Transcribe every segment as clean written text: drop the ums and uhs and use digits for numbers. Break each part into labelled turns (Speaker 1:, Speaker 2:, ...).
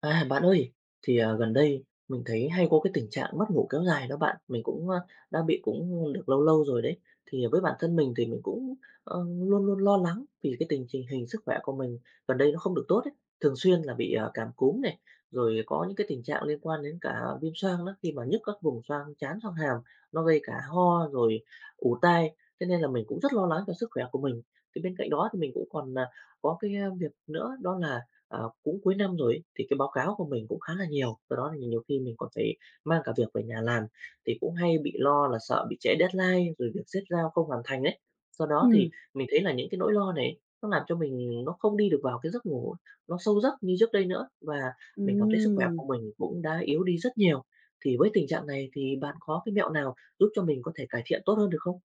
Speaker 1: À, bạn ơi, gần đây mình thấy hay có cái tình trạng mất ngủ kéo dài đó bạn. Mình cũng đang bị cũng được lâu lâu rồi đấy. Thì với bản thân mình thì mình cũng luôn luôn lo lắng vì cái tình trình hình sức khỏe của mình gần đây nó không được tốt ấy. Thường xuyên là bị cảm cúm này, rồi có những cái tình trạng liên quan đến cả viêm xoang đó, khi mà nhức các vùng xoang trán, xoang hàm, nó gây cả ho rồi ù tai. Thế nên là mình cũng rất lo lắng cho sức khỏe của mình. Thì bên cạnh đó thì mình cũng còn có việc nữa đó là. Cũng cuối năm rồi ấy, thì cái báo cáo của mình cũng khá là nhiều, do đó thì nhiều khi mình còn phải mang cả việc về nhà làm, thì cũng hay bị lo là sợ bị trễ deadline, rồi việc xếp giao không hoàn thành đấy. Do đó thì
Speaker 2: Ừm,
Speaker 1: mình thấy là những cái nỗi lo này nó làm cho mình nó không đi được vào cái giấc ngủ nó sâu giấc như trước đây nữa, và mình cảm thấy sức khỏe
Speaker 2: ừm,
Speaker 1: của mình cũng đã yếu đi rất nhiều. Thì với tình trạng này thì bạn có cái mẹo nào giúp cho mình có thể cải thiện tốt hơn được không?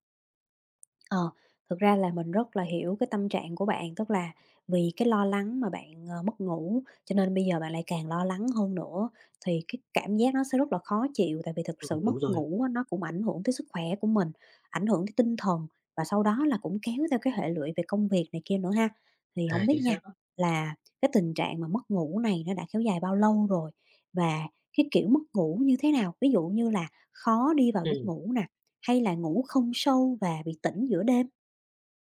Speaker 2: ờ, Thực ra là mình rất là hiểu cái tâm trạng của bạn, tức là vì cái lo lắng mà bạn, mất ngủ, cho nên bây giờ bạn lại càng lo lắng hơn nữa, thì cái cảm giác nó sẽ rất là khó chịu. Tại vì thực sự mất
Speaker 1: Đúng rồi.
Speaker 2: ngủ á, nó cũng ảnh hưởng tới sức khỏe của mình, ảnh hưởng tới tinh thần và sau đó là cũng kéo theo cái hệ lụy về công việc này kia nữa ha. Thì
Speaker 1: À,
Speaker 2: không biết
Speaker 1: chính xác
Speaker 2: nha,
Speaker 1: đó.
Speaker 2: là cái tình trạng mà mất ngủ này nó đã kéo dài bao lâu rồi? Và cái kiểu mất ngủ như thế nào? Ví dụ như là khó đi vào giấc
Speaker 1: Ừm.
Speaker 2: ngủ nè, hay là ngủ không sâu và bị tỉnh giữa đêm?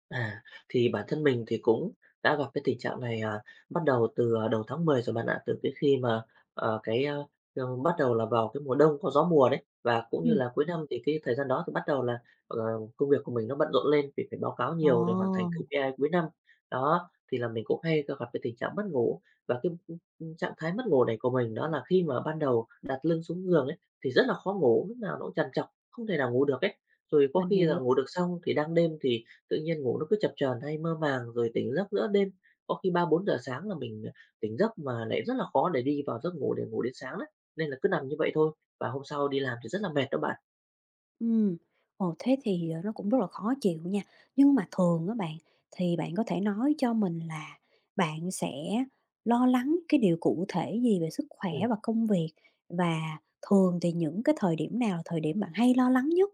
Speaker 1: À, thì bản thân mình thì cũng đã gặp cái tình trạng này, bắt đầu từ đầu tháng 10 rồi bạn ạ. Từ cái khi mà, ờ, cái, a, bắt đầu là vào cái mùa đông có gió mùa đấy, và cũng như
Speaker 2: Ừm.
Speaker 1: là cuối năm thì cái thời gian đó thì bắt đầu là, ờ, công việc của mình nó bận rộn lên vì phải báo cáo nhiều để hoàn thành
Speaker 2: Ồ,
Speaker 1: KPI cuối năm. Đó, thì là mình cũng hay gặp cái tình trạng mất ngủ, và trạng thái mất ngủ này của mình đó là khi mà ban đầu đặt lưng xuống giường ấy, thì rất là khó ngủ, lúc nào nó cũng trằn trọc, không thể nào ngủ được ấy. Rồi có
Speaker 2: mình
Speaker 1: khi là
Speaker 2: hiểu.
Speaker 1: ngủ được xong thì đang đêm thì tự nhiên ngủ nó cứ chập chờn hay mơ màng rồi tỉnh giấc giữa đêm, có khi 3-4 giờ sáng là mình tỉnh giấc mà lại rất là khó để đi vào giấc ngủ để ngủ đến sáng đấy, nên là cứ nằm như vậy thôi, và hôm sau đi làm thì rất là mệt đó bạn.
Speaker 2: Ừm, ồ, thế thì, nó cũng rất là khó chịu nha. Nhưng mà thường á bạn, thì bạn có thể nói cho mình là bạn sẽ lo lắng cái điều cụ thể gì về sức khỏe
Speaker 1: Ừm.
Speaker 2: và công việc? Và thường thì những cái thời điểm nào là thời điểm bạn hay lo lắng nhất?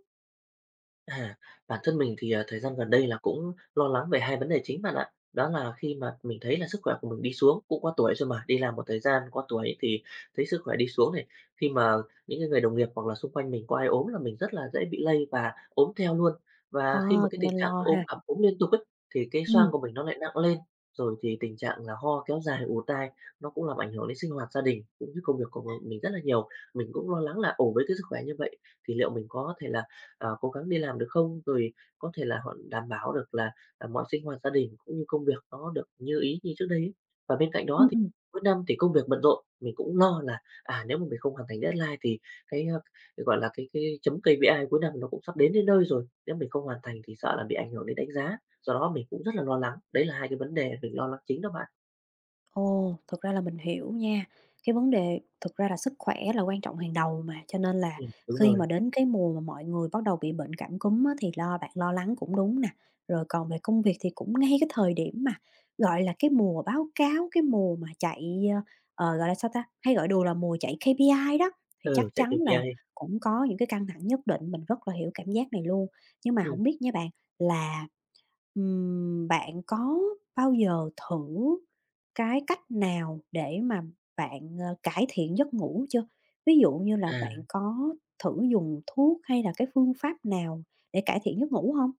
Speaker 1: À, Bản thân mình thì, thời gian gần đây là cũng lo lắng về 2 vấn đề chính bạn ạ. Đó là khi mà mình thấy là sức khỏe của mình đi xuống, cũng qua tuổi rồi mà, đi làm một thời gian qua tuổi thì thấy sức khỏe đi xuống này. Khi mà những cái người đồng nghiệp hoặc là xung quanh mình có ai ốm là mình rất là dễ bị lây và ốm theo luôn. Và
Speaker 2: Ờ,
Speaker 1: khi mà cái
Speaker 2: cho
Speaker 1: tình
Speaker 2: nên
Speaker 1: trạng
Speaker 2: lo
Speaker 1: ốm
Speaker 2: ha.
Speaker 1: ẩm ốm liên tục ấy, thì cái xoang
Speaker 2: Ừm.
Speaker 1: của mình nó lại nặng lên, rồi thì tình trạng là ho kéo dài, ù tai, nó cũng làm ảnh hưởng đến sinh hoạt gia đình cũng như công việc của mình rất là nhiều. Mình cũng lo lắng là, ồ, với cái sức khỏe như vậy thì liệu mình có thể là cố gắng đi làm được không? Rồi có thể là họ đảm bảo được là mọi sinh hoạt gia đình cũng như công việc nó được như ý như trước đây ấy. Và bên cạnh đó
Speaker 2: Ừm,
Speaker 1: thì
Speaker 2: ừm.
Speaker 1: cuối năm thì công việc bận rộn, mình cũng lo là, nếu mà mình không hoàn thành deadline thì cái, a, cái, gọi là, cái chấm KPI cuối năm nó cũng sắp đến đến nơi rồi, nếu mình không hoàn thành thì sợ là bị ảnh hưởng đến đánh giá, do đó mình cũng rất là lo lắng. Đấy là 2 cái vấn đề mình lo lắng chính đó bạn.
Speaker 2: Ồ, thực ra là mình hiểu nha. Cái vấn đề thực ra là sức khỏe là quan trọng hàng đầu mà, cho nên là
Speaker 1: Đúng
Speaker 2: khi
Speaker 1: rồi.
Speaker 2: mà đến cái mùa mà mọi người bắt đầu bị bệnh cảm cúm á, thì lo bạn lo lắng cũng đúng nè. Rồi còn về công việc thì cũng ngay cái thời điểm mà, gọi là, cái mùa báo cáo, cái mùa mà chạy, gọi là, sao ta, hay gọi đùa là mùa chạy KPI đó, thì chắc
Speaker 1: Ừ, chạy
Speaker 2: chắn là
Speaker 1: KPI.
Speaker 2: cũng có những cái căng thẳng nhất định, mình rất là hiểu cảm giác này luôn. Nhưng mà
Speaker 1: Ừm,
Speaker 2: không biết nha bạn là bạn có bao giờ thử cái cách nào để mà bạn, cải thiện giấc ngủ chưa? Ví dụ như là bạn
Speaker 1: à.
Speaker 2: có thử dùng thuốc hay là cái phương pháp nào để cải thiện giấc ngủ không?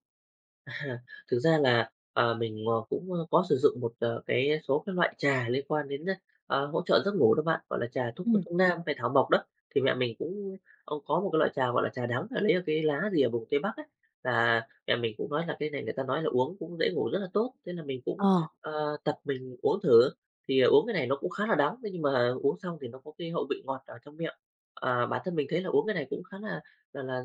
Speaker 1: À, Thực ra là, mình cũng có sử dụng một cái số các loại trà liên quan đến hỗ trợ giấc ngủ đó bạn, gọi là trà thuốc thuốc
Speaker 2: Ừm,
Speaker 1: nam hay thảo mộc đó. Thì mẹ mình cũng, có một cái loại trà, gọi là trà đắng, là lấy ở cái lá rìa vùng Tây Bắc ấy, là mẹ mình cũng nói là cái này người ta nói là uống cũng dễ ngủ rất là tốt, thế là mình cũng,
Speaker 2: ờ,
Speaker 1: ờ, tập mình uống thử. Thì uống cái này nó cũng khá là đắng, thế nhưng mà uống xong thì nó có cái hậu vị ngọt ở trong miệng. Bản thân mình thấy là uống cái này cũng khá là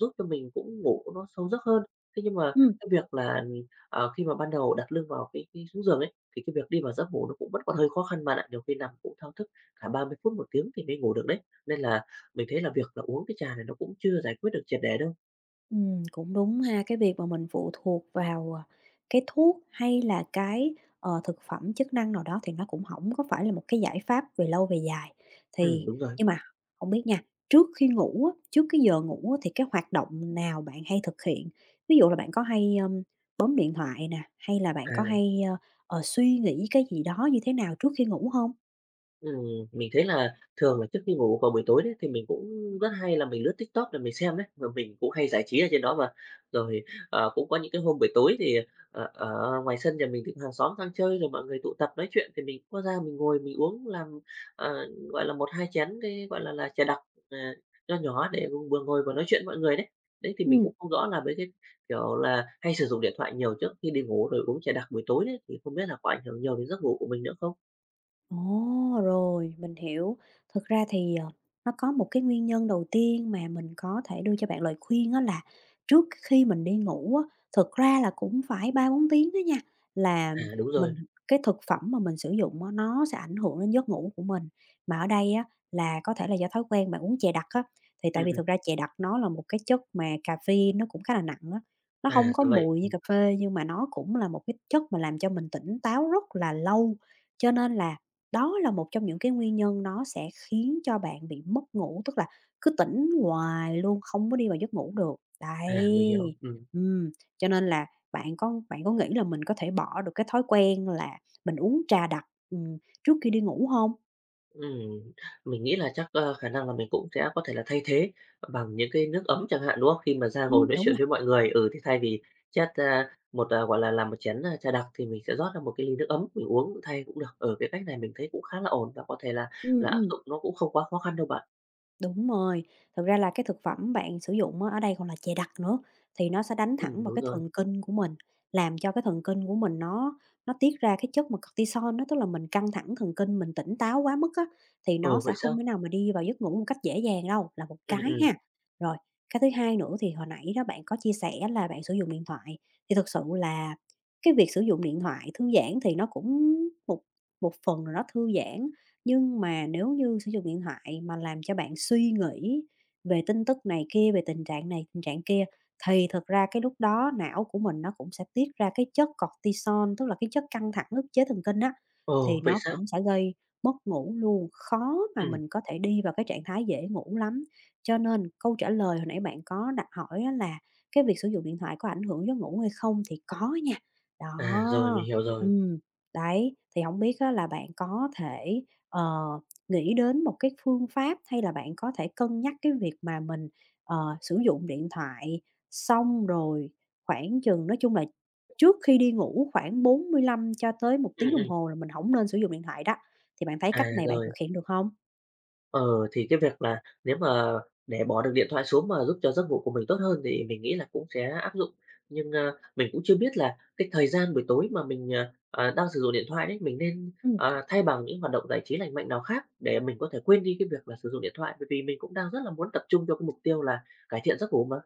Speaker 1: giúp cho mình cũng ngủ nó sâu giấc hơn. Thế nhưng mà
Speaker 2: ừ.
Speaker 1: cái việc là, khi mà ban đầu đặt lưng vào cái xuống giường ấy, thì cái việc đi vào giấc ngủ nó cũng vẫn còn hơi khó khăn bạn ạ. Nhiều khi nằm cũng thao thức cả 30 phút, 1 tiếng thì mới ngủ được đấy. Nên là mình thấy là việc là uống cái trà này nó cũng chưa giải quyết được triệt để đâu.
Speaker 2: Cũng đúng ha, cái việc mà mình phụ thuộc vào, cái thuốc hay là cái, thực phẩm chức năng nào đó thì nó cũng hổng có phải là một cái giải pháp về lâu về dài. Thì
Speaker 1: Đúng rồi.
Speaker 2: nhưng mà không biết nha, trước khi ngủ á, trước cái giờ ngủ á, thì cái hoạt động nào bạn hay thực hiện? Ví dụ là bạn có hay, bấm điện thoại nè, hay là bạn có
Speaker 1: À.
Speaker 2: hay, ơ, ờ, suy nghĩ cái gì đó như thế nào trước khi ngủ không?
Speaker 1: Mình thấy là thường là trước khi ngủ vào buổi tối đấy, thì mình cũng rất hay là mình lướt TikTok để mình xem đấy, và mình cũng hay giải trí ở trên đó mà. Rồi, cũng có những cái hôm buổi tối thì, ở ngoài sân nhà mình thì hàng xóm sang chơi, rồi mọi người tụ tập nói chuyện thì mình cũng có ra mình ngồi mình uống làm, gọi là một 2 chén cái, gọi là trà đặc, ờ, nho nhỏ để vừa ngồi vừa nói chuyện mọi người đấy. Đấy, thì mình cũng
Speaker 2: Ừm.
Speaker 1: không rõ là mấy cái, kiểu là hay sử dụng điện thoại nhiều trước khi đi ngủ rồi uống trà đặc buổi tối đấy, thì không biết là có ảnh hưởng nhiều đến giấc ngủ của mình nữa không?
Speaker 2: Ồ, rồi, mình hiểu. Thực ra thì, nó có một cái nguyên nhân đầu tiên mà mình có thể đưa cho bạn lời khuyên, đó là trước khi mình đi ngủ á, thực ra là cũng phải ba bốn tiếng đó nha, là
Speaker 1: À, đúng rồi.
Speaker 2: mình cái thực phẩm mà mình sử dụng á, nó sẽ ảnh hưởng đến giấc ngủ của mình. Mà ở đây á, là có thể là do thói quen bạn uống chè đặc á, thì tại vì
Speaker 1: Ừm.
Speaker 2: thực ra chè đặc nó là một cái chất mà caffeine nó cũng khá là nặng á, nó
Speaker 1: À,
Speaker 2: không có
Speaker 1: ra vậy.
Speaker 2: mùi như cà phê nhưng mà nó cũng là một cái chất mà làm cho mình tỉnh táo rất là lâu. Cho nên là đó là một trong những cái nguyên nhân nó sẽ khiến cho bạn bị mất ngủ, tức là cứ tỉnh hoài luôn, không có đi vào giấc ngủ được.
Speaker 1: À, mình hiểu.
Speaker 2: Đấy, ừm, cho nên là bạn có nghĩ là mình có thể bỏ được cái thói quen là mình uống trà đặc, trước khi đi ngủ không?
Speaker 1: Ừm, mình nghĩ là chắc, khả năng là mình cũng sẽ có thể là thay thế bằng những cái nước ấm chẳng hạn, đúng không? Khi mà ra ngồi
Speaker 2: Ừm.
Speaker 1: nói
Speaker 2: Đúng
Speaker 1: chuyện
Speaker 2: rồi,
Speaker 1: với mọi người, ừ, thì thay vì chát ra một, gọi là làm một chén, trà đặc thì mình sẽ rót ra một cái ly nước ấm mình uống thay cũng được. Ở cái cách này mình thấy cũng khá là ổn và có thể là là áp
Speaker 2: ừm.
Speaker 1: dụng nó cũng không quá khó khăn đâu bạn.
Speaker 2: Đúng rồi, thực ra là cái thực phẩm bạn sử dụng á, ở đây còn là chè đặc nữa, thì nó sẽ đánh thẳng vào
Speaker 1: Đúng
Speaker 2: cái
Speaker 1: rồi.
Speaker 2: thần kinh của mình, làm cho cái thần kinh của mình nó tiết ra cái chất mà cortisol á, tức là mình căng thẳng thần kinh, mình tỉnh táo quá mức á, thì nó
Speaker 1: Ồ,
Speaker 2: sẽ
Speaker 1: vậy
Speaker 2: không
Speaker 1: sao?
Speaker 2: thể nào mà đi vào giấc ngủ một cách dễ dàng đâu, là một
Speaker 1: Ừ, ừ.
Speaker 2: cái ha. Rồi, cái thứ hai nữa thì hồi nãy đó bạn có chia sẻ là bạn sử dụng điện thoại, thì thực sự là cái việc sử dụng điện thoại thư giãn thì nó cũng một một phần nào đó thư giãn nhưng mà nếu như sử dụng điện thoại mà làm cho bạn suy nghĩ về tin tức này kia, về tình trạng này, tình trạng kia, thì thật ra cái lúc đó não của mình nó cũng sẽ tiết ra cái chất cortisol, tức là cái chất căng thẳng ức chế thần kinh á,
Speaker 1: Ồ,
Speaker 2: thì
Speaker 1: vậy
Speaker 2: nó
Speaker 1: sao?
Speaker 2: cũng sẽ gây mất ngủ luôn, khó mà
Speaker 1: Ừ,
Speaker 2: mình có thể đi vào cái trạng thái dễ ngủ lắm. Cho nên câu trả lời hồi nãy bạn có đặt hỏi á là cái việc sử dụng điện thoại có ảnh hưởng giấc ngủ hay không thì có nha.
Speaker 1: à, rồi, mình
Speaker 2: Đó,
Speaker 1: hiểu rồi.
Speaker 2: ừm, đấy, thì không biết á là bạn có thể ờ, nghĩ đến một cái phương pháp hay là bạn có thể cân nhắc cái việc mà mình, sử dụng điện thoại xong rồi khoảng chừng nói chung là trước khi đi ngủ khoảng 45 cho tới một
Speaker 1: Ừ,
Speaker 2: tiếng đồng
Speaker 1: ừ.
Speaker 2: hồ là mình không nên sử dụng điện thoại đó, thì bạn thấy
Speaker 1: À,
Speaker 2: cách này bạn thực
Speaker 1: rồi.
Speaker 2: hiện được không?
Speaker 1: Ờ, thì cái việc là nếu mà để bỏ được điện thoại xuống mà giúp cho giấc ngủ của mình tốt hơn thì mình nghĩ là cũng sẽ áp dụng. Nhưng mình cũng chưa biết là cái thời gian buổi tối mà mình đang sử dụng điện thoại đấy, mình nên,
Speaker 2: Ừm.
Speaker 1: ờ, thay bằng những hoạt động giải trí lành mạnh nào khác để mình có thể quên đi cái việc là sử dụng điện thoại, bởi vì mình cũng đang rất là muốn tập trung cho cái mục tiêu là cải thiện giấc ngủ mà.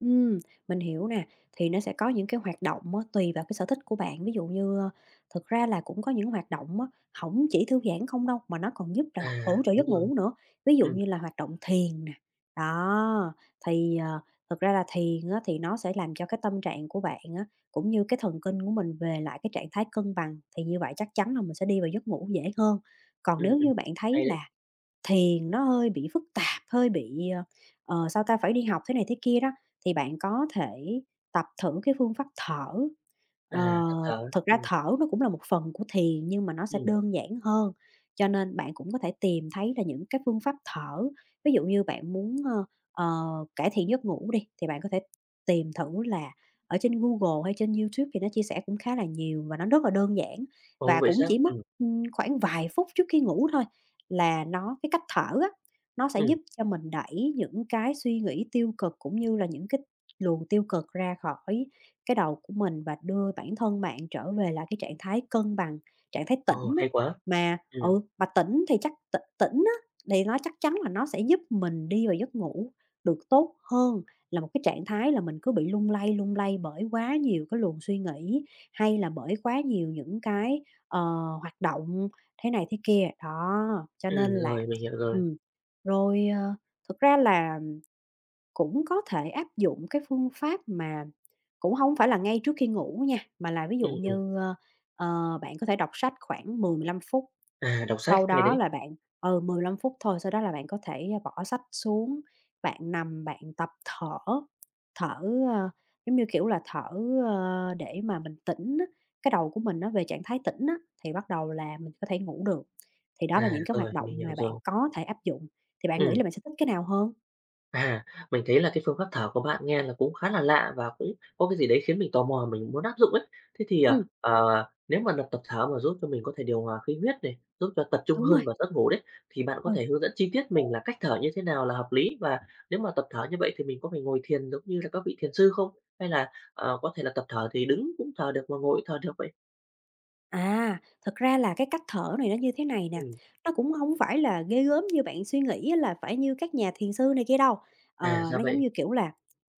Speaker 2: Ừm, mình hiểu nè, thì nó sẽ có những cái hoạt động á, tùy vào cái sở thích của bạn, ví dụ như, thực ra là cũng có những hoạt động á, hổng chỉ thư giãn không đâu, mà nó còn giúp
Speaker 1: À,
Speaker 2: là hỗ trợ
Speaker 1: đúng
Speaker 2: giấc
Speaker 1: rồi.
Speaker 2: ngủ nữa, ví dụ
Speaker 1: Ừm,
Speaker 2: như là hoạt động thiền nè. Đó, thì, thực ra là thiền á, thì nó sẽ làm cho cái tâm trạng của bạn á, cũng như cái thần kinh của mình về lại cái trạng thái cân bằng, thì như vậy chắc chắn là mình sẽ đi vào giấc ngủ dễ hơn. Còn
Speaker 1: ừm,
Speaker 2: nếu
Speaker 1: ừm,
Speaker 2: như bạn thấy
Speaker 1: hay đấy.
Speaker 2: là thiền nó hơi bị phức tạp, hơi bị, sao ta, phải đi học thế này thế kia đó, thì bạn có thể tập thử cái phương pháp thở.
Speaker 1: À,
Speaker 2: Ờ,
Speaker 1: tập thở.
Speaker 2: Thực ra thở nó cũng là một phần của thiền nhưng mà nó sẽ
Speaker 1: Ừm.
Speaker 2: đơn giản hơn, cho nên bạn cũng có thể tìm thấy là những cái phương pháp thở. Ví dụ như bạn muốn, ờ, cải thiện giấc ngủ đi, thì bạn có thể tìm thử là ở trên Google hay trên YouTube thì nó chia sẻ cũng khá là nhiều và nó rất là đơn giản
Speaker 1: Ồ,
Speaker 2: và
Speaker 1: vậy
Speaker 2: cũng
Speaker 1: sao?
Speaker 2: chỉ mất, ừm, khoảng vài phút trước khi ngủ thôi là nó cái cách thở á, nó sẽ
Speaker 1: Ừm.
Speaker 2: giúp cho mình đẩy những cái suy nghĩ tiêu cực, cũng như là những cái luồng tiêu cực ra khỏi cái đầu của mình và đưa bản thân bạn trở về lại cái trạng thái cân bằng, trạng thái
Speaker 1: Ồ,
Speaker 2: tĩnh á.
Speaker 1: hay quá.
Speaker 2: Mà
Speaker 1: Ừm,
Speaker 2: ừ, mà tỉnh thì chắc tĩnh á, thì nó chắc chắn là nó sẽ giúp mình đi vào giấc ngủ được tốt hơn là một cái trạng thái là mình cứ bị lung lay bởi quá nhiều cái luồng suy nghĩ, hay là bởi quá nhiều những cái, ờ, hoạt động thế này thế kia. Đó, cho nên là
Speaker 1: rồi, mình hiểu rồi.
Speaker 2: ừm, rồi, thực ra là cũng có thể áp dụng cái phương pháp mà cũng không phải là ngay trước khi ngủ nha, mà là ví dụ
Speaker 1: Ừm, ừm.
Speaker 2: như, bạn có thể đọc sách khoảng mười mười lăm phút.
Speaker 1: À, đọc sách,
Speaker 2: Sau
Speaker 1: hay
Speaker 2: đó
Speaker 1: đấy.
Speaker 2: là bạn ừ, 15 phút thôi, sau đó là bạn có thể bỏ sách xuống, bạn nằm bạn tập thở, thở, ờ, giống như, kiểu là, thở, để mà mình tỉnh á, cái đầu của mình nó về trạng thái tỉnh á, thì bắt đầu là mình có thể ngủ được. Thì đó là
Speaker 1: À,
Speaker 2: những cái
Speaker 1: rồi,
Speaker 2: hoạt động
Speaker 1: mình hiểu
Speaker 2: mà bạn
Speaker 1: rồi.
Speaker 2: có thể áp dụng, thì bạn nghĩ
Speaker 1: Ừm,
Speaker 2: là bạn sẽ thích cái nào hơn?
Speaker 1: à, mình thấy là cái phương pháp thở của bạn nghe là cũng khá là lạ và cũng có cái gì đấy khiến mình tò mò mình muốn áp dụng ấy. Thế thì,
Speaker 2: Ừm,
Speaker 1: nếu mà tập tập thở mà giúp cho mình có thể điều hòa khí huyết này, giúp cho tập trung
Speaker 2: đúng
Speaker 1: hơn
Speaker 2: rồi,
Speaker 1: vào giấc ngủ đấy, thì bạn có
Speaker 2: ừ.
Speaker 1: thể hướng dẫn chi tiết mình là cách thở như thế nào là hợp lý? Và nếu mà tập thở như vậy thì mình có phải ngồi thiền giống như là các vị thiền sư không? Hay là, có thể là tập thở thì đứng cũng thở được mà ngồi cũng thở được vậy?
Speaker 2: À, thật ra là cái cách thở này nó như thế này nè,
Speaker 1: Ừm,
Speaker 2: nó cũng không phải là ghê gớm như bạn suy nghĩ á là phải như các nhà thiền sư này kia đâu.
Speaker 1: à, ra
Speaker 2: Nó giống
Speaker 1: vậy.
Speaker 2: như, kiểu là,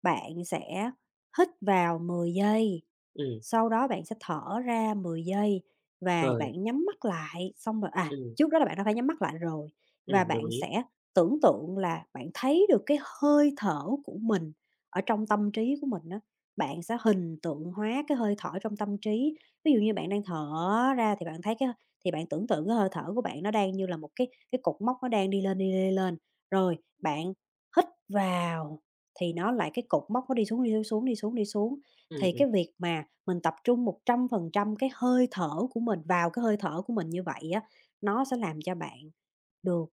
Speaker 2: bạn sẽ hít vào 10 giây,
Speaker 1: Ừm,
Speaker 2: sau đó bạn sẽ thở ra 10 giây và
Speaker 1: rồi,
Speaker 2: bạn nhắm mắt lại, xong rồi
Speaker 1: ừm,
Speaker 2: trước đó là bạn đã phải nhắm mắt lại rồi và
Speaker 1: đồng
Speaker 2: bạn
Speaker 1: ý.
Speaker 2: sẽ tưởng tượng là bạn thấy được cái hơi thở của mình ở trong tâm trí của mình đó. Bạn sẽ hình tượng hóa cái hơi thở trong tâm trí. Ví dụ như bạn đang thở ra thì bạn thấy cái thì bạn tưởng tượng cái hơi thở của bạn nó đang như là một cái cột mốc nó đang đi lên, lên. Rồi bạn hít vào thì nó lại cái cột mốc nó đi xuống, đi xuống, đi xuống, đi xuống thì
Speaker 1: Ừm.
Speaker 2: cái việc mà mình tập trung 100% cái hơi thở của mình vào cái hơi thở của mình như vậy á, nó sẽ làm cho bạn được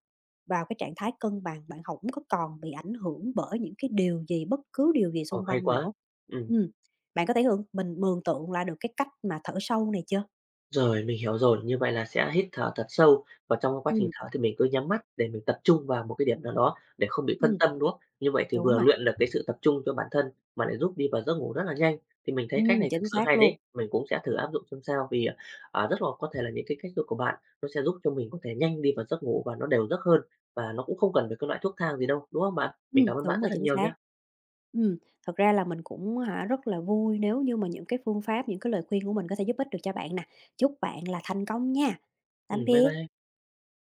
Speaker 2: vào cái trạng thái cân bằng, bạn không có còn bị ảnh hưởng bởi những cái điều gì, bất cứ điều gì
Speaker 1: Ồ,
Speaker 2: xung
Speaker 1: hay
Speaker 2: quanh
Speaker 1: quá!
Speaker 2: nữa.
Speaker 1: Ừm,
Speaker 2: Ừ, bạn có thể hưởng mình mường tượng lại được cái cách mà thở sâu này chưa?
Speaker 1: rồi, mình hiểu rồi. Như vậy là sẽ hít thở thật sâu và trong quá trình
Speaker 2: Ừ
Speaker 1: thở thì mình cứ nhắm mắt để mình tập trung vào một cái điểm nào đó để không bị phân
Speaker 2: ừm,
Speaker 1: tâm, đúng không? Như vậy thì
Speaker 2: đúng
Speaker 1: vừa
Speaker 2: rồi.
Speaker 1: luyện được cái sự tập trung cho bản thân mà lại giúp đi vào giấc ngủ rất là nhanh. Thì mình thấy cách
Speaker 2: Ừ,
Speaker 1: này thực
Speaker 2: chính
Speaker 1: sự
Speaker 2: xác
Speaker 1: hay
Speaker 2: luôn.
Speaker 1: đấy, mình cũng sẽ thử áp dụng xem sao vì, rất là có thể là những cái cách thức của bạn nó sẽ giúp cho mình có thể nhanh đi vào giấc ngủ và nó đều giấc hơn và nó cũng không cần phải cái loại thuốc thang gì đâu, đúng không bạn? Mình cảm ơn bạn
Speaker 2: Đúng rồi,
Speaker 1: rất là
Speaker 2: chính
Speaker 1: nhiều
Speaker 2: xác.
Speaker 1: nhá.
Speaker 2: Ừm, thật ra là mình cũng hả, rất là vui nếu như mà những cái phương pháp, những cái lời khuyên của mình có thể giúp ích được cho bạn nè. Chúc bạn là thành công nha. Tạm
Speaker 1: Bye
Speaker 2: biệt.
Speaker 1: bye.